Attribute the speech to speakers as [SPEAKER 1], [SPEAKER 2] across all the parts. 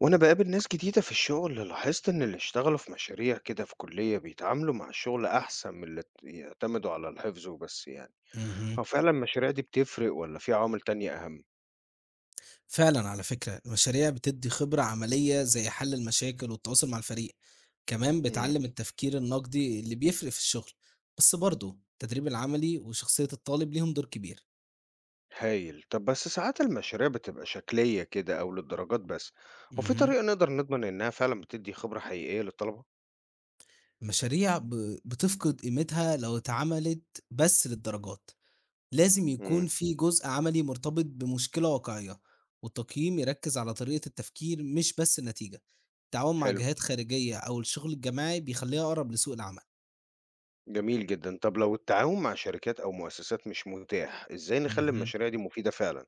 [SPEAKER 1] وأنا بقابل ناس جديدة في الشغل لاحظت إن اللي اشتغلوا في مشاريع كده في كلية بيتعاملوا مع الشغل أحسن من اللي يعتمدوا على الحفظ وبس يعني.
[SPEAKER 2] اهم.
[SPEAKER 1] هو فعلا المشاريع دي بتفرق ولا في عوامل تانية أهم؟
[SPEAKER 2] فعلًا على فكرة، المشاريع بتدّي خبرة عملية زي حل المشاكل والتواصل مع الفريق، كمان
[SPEAKER 1] مم.
[SPEAKER 2] بتعلّم التفكير النقدي اللي بيفرق في الشغل، بس برضه التدريب العملي وشخصية الطالب ليهم دور كبير.
[SPEAKER 1] هايل، طب بس ساعات المشاريع بتبقى شكلية كده أو للدرجات بس، وفي
[SPEAKER 2] اهم.
[SPEAKER 1] طريقة نقدر نضمن إنها فعلا بتدي خبرة حقيقية للطلبة؟
[SPEAKER 2] المشاريع ب بتفقد قيمتها لو اتعملت بس للدرجات، لازم
[SPEAKER 1] مم.
[SPEAKER 2] يكون في جزء عملي مرتبط بمشكلة واقعية، والتقييم يركّز على طريقة التفكير مش بس النتيجة. التعاون مع
[SPEAKER 1] حلو،
[SPEAKER 2] جهات خارجية أو الشغل الجماعي بيخلّيها أقرب لسوق العمل.
[SPEAKER 1] جميل جدا، طب لو التعاون مع شركات أو مؤسسات مش متاح إزاي نخلي
[SPEAKER 2] اهم.
[SPEAKER 1] المشاريع دي مفيدة فعلا؟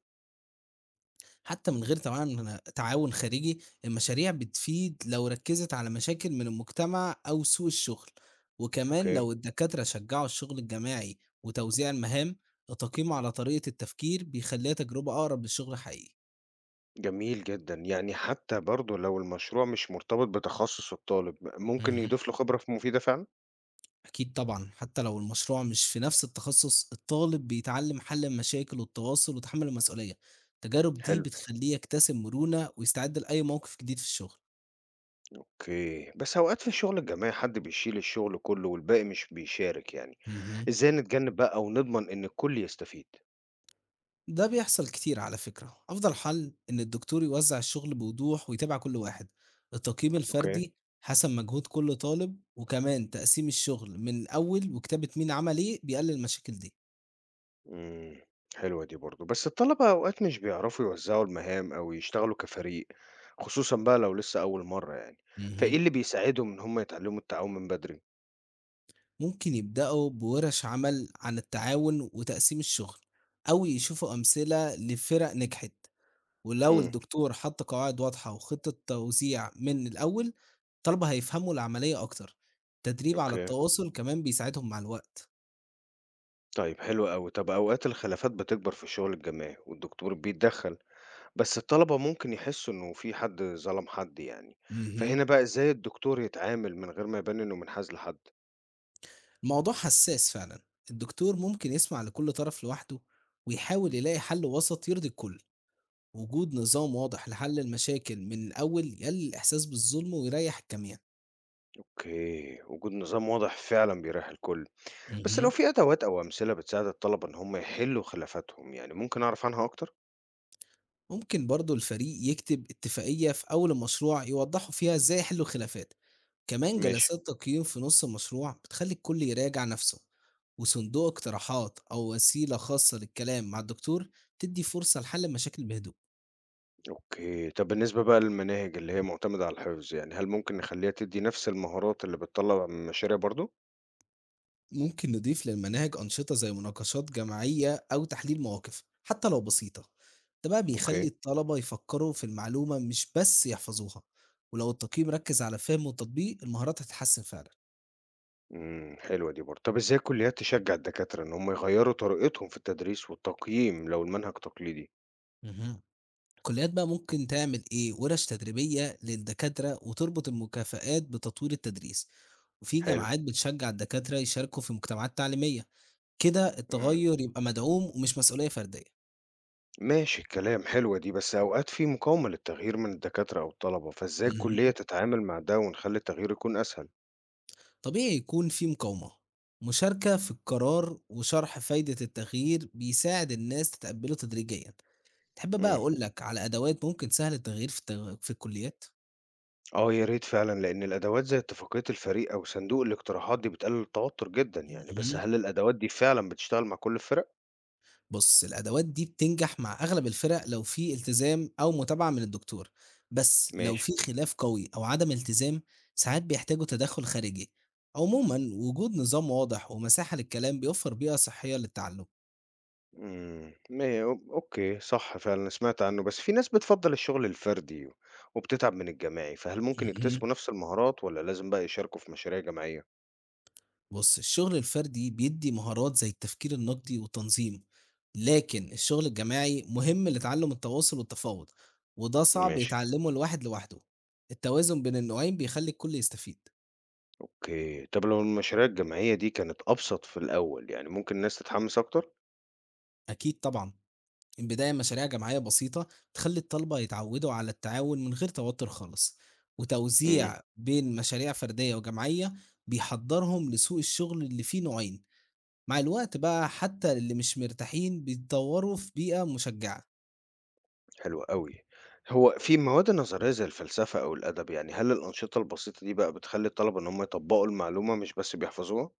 [SPEAKER 2] حتى من غير طبعًا تعاون خارجي، المشاريع بتفيد لو ركّزت على مشاكل من المجتمع أو سوق الشغل، وكمان لو
[SPEAKER 1] أوكي.
[SPEAKER 2] الدكاترة شجّعوا الشغل الجماعي وتوزيع المهام، التقييم على طريقة التفكير بيخلّيها تجربة أقرب للشغل الحقيقي.
[SPEAKER 1] جميل جدًا، يعني حتى برضه لو المشروع مش مرتبط بتخصُّص الطالب، ممكن
[SPEAKER 2] اهم.
[SPEAKER 1] يضيف له خبرة ف مفيدة فعلًا؟
[SPEAKER 2] أكيد طبعًا، حتى لو المشروع مش في نفس التخصص، الطالب بيتعلّم حل المشاكل والتواصل وتحمُّل المسؤولية، التجارب دي
[SPEAKER 1] حلو،
[SPEAKER 2] بتخلّيه يكتسب مرونة ويستعد لأي موقف جديد في الشغل.
[SPEAKER 1] أوكي، بس أوقات في الشغل الجماعي حد بيشيل الشغل كلّه والباقي مش بيشارك يعني،
[SPEAKER 2] اهم.
[SPEAKER 1] إزاي نتجنب بقى ونضمن إن الكل يستفيد؟
[SPEAKER 2] ده بيحصل كتير على فكرة أفضل حل إن الدكتور يوزع الشغل بوضوح ويتابع كل واحد. التقييم
[SPEAKER 1] أوكي.
[SPEAKER 2] الفردي حسب مجهود كل طالب، وكمان تقسيم الشغل من الأول وكتابة مين عمل إيه بيقلل المشاكل دي.
[SPEAKER 1] إمم، حلوة دي برضه، بس الطلبة أوقات مش بيعرفوا يوزّعوا المهام أو يشتغلوا كفريق، خصوصًا بقى لو لسه أول مرّة يعني، فإيه
[SPEAKER 2] مهم.
[SPEAKER 1] اللي بيساعدهم إن هم يتعلموا التعاون من بدري؟
[SPEAKER 2] ممكن يبدأوا بورش عمل عن التعاون وتقسيم الشغل، أو يشوفوا أمثلة لفرق نجحت، ولو
[SPEAKER 1] إمم.
[SPEAKER 2] الدكتور حط قواعد واضحة وخطة توزيع من الأول، الطلبة هيفهموا العملية أكتر. تدريب على
[SPEAKER 1] أوكي.
[SPEAKER 2] التواصل كمان بيساعدهم مع الوقت.
[SPEAKER 1] طيب حلو أوي. طب أوقات الخلافات بتكبر في الشغل الجماعي والدكتور بيتدخل، بس الطلبة ممكن يحسوا إنه في حد ظلم حد يعني،
[SPEAKER 2] اهم.
[SPEAKER 1] فهنا بقى إزاي الدكتور يتعامل من غير ما يبان إنه منحاز لحد؟
[SPEAKER 2] الموضوع حساس فعلًا، الدكتور ممكن يسمع لكل طرف لوحده ويحاول يلاقي حل وسط يرضي الكل، وجود نظام واضح لحل المشاكل من الأول يقلل الإحساس بالظلم ويريح الجميع.
[SPEAKER 1] أوكي، وجود نظام واضح فعلا بيريح الكل، بس لو
[SPEAKER 2] اهم.
[SPEAKER 1] في أدوات أو أمثلة بتساعد الطلبة إن هم يحلوا خلافاتهم يعني ممكن أعرف عنها أكتر؟
[SPEAKER 2] ممكن برضه الفريق يكتب اتفاقية في أول المشروع يوضحوا فيها إزاي يحلوا الخلافات، كمان
[SPEAKER 1] ماشي،
[SPEAKER 2] جلسات تقييم في نص المشروع بتخلي الكل يراجع نفسه، وصندوق اقتراحات أو وسيلة خاصة للكلام مع الدكتور تدي فرصة لحل المشاكل بهدوء.
[SPEAKER 1] أوكي. طب بالنسبة بقى للمناهج اللي هي معتمدة على الحفظ يعني هل ممكن نخليها تدي نفس المهارات اللي بتطلع من المشاريع برضو؟
[SPEAKER 2] ممكن نضيف للمناهج أنشطة زي مناقشات جماعية أو تحليل مواقف حتى لو بسيطة. ده بقى بيخلي
[SPEAKER 1] أوكي.
[SPEAKER 2] الطلبة يفكروا في المعلومة مش بس يحفظوها، ولو التقييم ركز على الفهم والتطبيق المهارات هتتحسن فعلا.
[SPEAKER 1] إمم، حلوة دي برضه. طب إزاي الكليات تشجّع الدكاترة إن هم يغيّروا طريقتهم في التدريس والتقييم لو المنهج تقليدي؟
[SPEAKER 2] مهم. الكليات بقى ممكن تعمل إيه؟ ورش تدريبية للدكاترة وتربط المكافآت بتطوير التدريس، وفي
[SPEAKER 1] حلو.
[SPEAKER 2] جامعات بتشجع الدكاترة يشاركوا في مجتمعات تعليمية. كده
[SPEAKER 1] إمم.
[SPEAKER 2] التغير يبقى مدعوم ومش مسؤولية فردية.
[SPEAKER 1] ماشي الكلام، حلوة دي، بس أوقات في مقاومة للتغيير من الدكاترة أو الطلبة، فإزاي الكلية
[SPEAKER 2] مهم.
[SPEAKER 1] تتعامل مع ده ونخلّي التغيير يكون أسهل؟
[SPEAKER 2] طبيعي يكون في مقاومة. مشاركة في القرار وشرح فايدة التغيير بيساعد الناس تتقبله تدريجيا. تحب بقى
[SPEAKER 1] إمم.
[SPEAKER 2] أقول لك على أدوات ممكن سهل التغيير في في الكليات؟
[SPEAKER 1] آه، يا ريت فعلًا، لإن الأدوات زي اتفاقية الفريق أو صندوق الاقتراحات دي بتقلل التوتر جدًا يعني، بس
[SPEAKER 2] مهم.
[SPEAKER 1] هل الأدوات دي فعلًا بتشتغل مع كل الفرق؟
[SPEAKER 2] بص، الأدوات دي بتنجح مع أغلب الفرق لو في التزام أو متابعة من الدكتور، بس لو
[SPEAKER 1] ماشي.
[SPEAKER 2] في خلاف قوي أو عدم التزام ساعات بيحتاجوا تدخل خارجي. عموما وجود نظام واضح ومساحة للكلام بيوفر بيئة صحية للتعلم.
[SPEAKER 1] إمم، ما هي أو- أوكي، صح فعلًا سمعت عنه، بس في ناس بتفضّل الشغل الفردي وبتتعب من الجماعي، فهل ممكن
[SPEAKER 2] مهم.
[SPEAKER 1] يكتسبوا نفس المهارات والّا لازم بقى يشاركوا في مشاريع جماعية؟
[SPEAKER 2] بُص، الشغل الفردي بيدّي مهارات زي التفكير النقدي والتنظيم، لكن الشغل الجماعي مهم لتعلم التواصل والتفاوض، وده صعب
[SPEAKER 1] ماشي،
[SPEAKER 2] يتعلمه الواحد لوحده. التوازن بين النوعين بيخلي الكل يستفيد.
[SPEAKER 1] أوكي، طب لو المشاريع الجماعية دي كانت أبسط في الأول، يعني ممكن الناس تتحمس أكتر؟
[SPEAKER 2] أكيد طبعًا، البداية مشاريع جماعية بسيطة تخلي الطلبة يتعودوا على التعاون من غير توتر خالص،
[SPEAKER 1] إمم،
[SPEAKER 2] وتوزيع بين مشاريع فردية وجماعية بيحضّرهم لسوق الشغل اللي فيه نوعين. مع الوقت بقى حتى اللي مش مرتاحين بيتطوروا في بيئة مشجعة.
[SPEAKER 1] حلو أوي. هو في مواد نظرية زي الفلسفة أو الأدب، يعني هل الأنشطة البسيطة دي بقى بتخلّي الطلبة إن هم يطبّقوا المعلومة مش بس بيحفظوها؟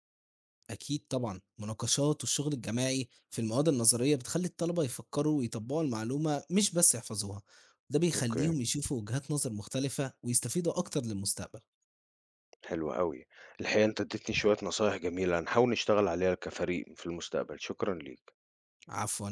[SPEAKER 2] أكيد طبعًا، مناقشات والشغل الجماعي في المواد النظرية بتخلّي الطلبة يفكّروا ويطبّقوا المعلومة مش بس يحفظوها، ده
[SPEAKER 1] أوكي.
[SPEAKER 2] بيخلّيهم يشوفوا وجهات نظر مختلفة ويستفيدوا أكتر للمستقبل.
[SPEAKER 1] حلو أوي. الحقيقة أنت اديتني شوية نصايح جميلة، هنحاول نشتغل عليها كفريق في المستقبل. شكرًا ليك.
[SPEAKER 2] عفوًا.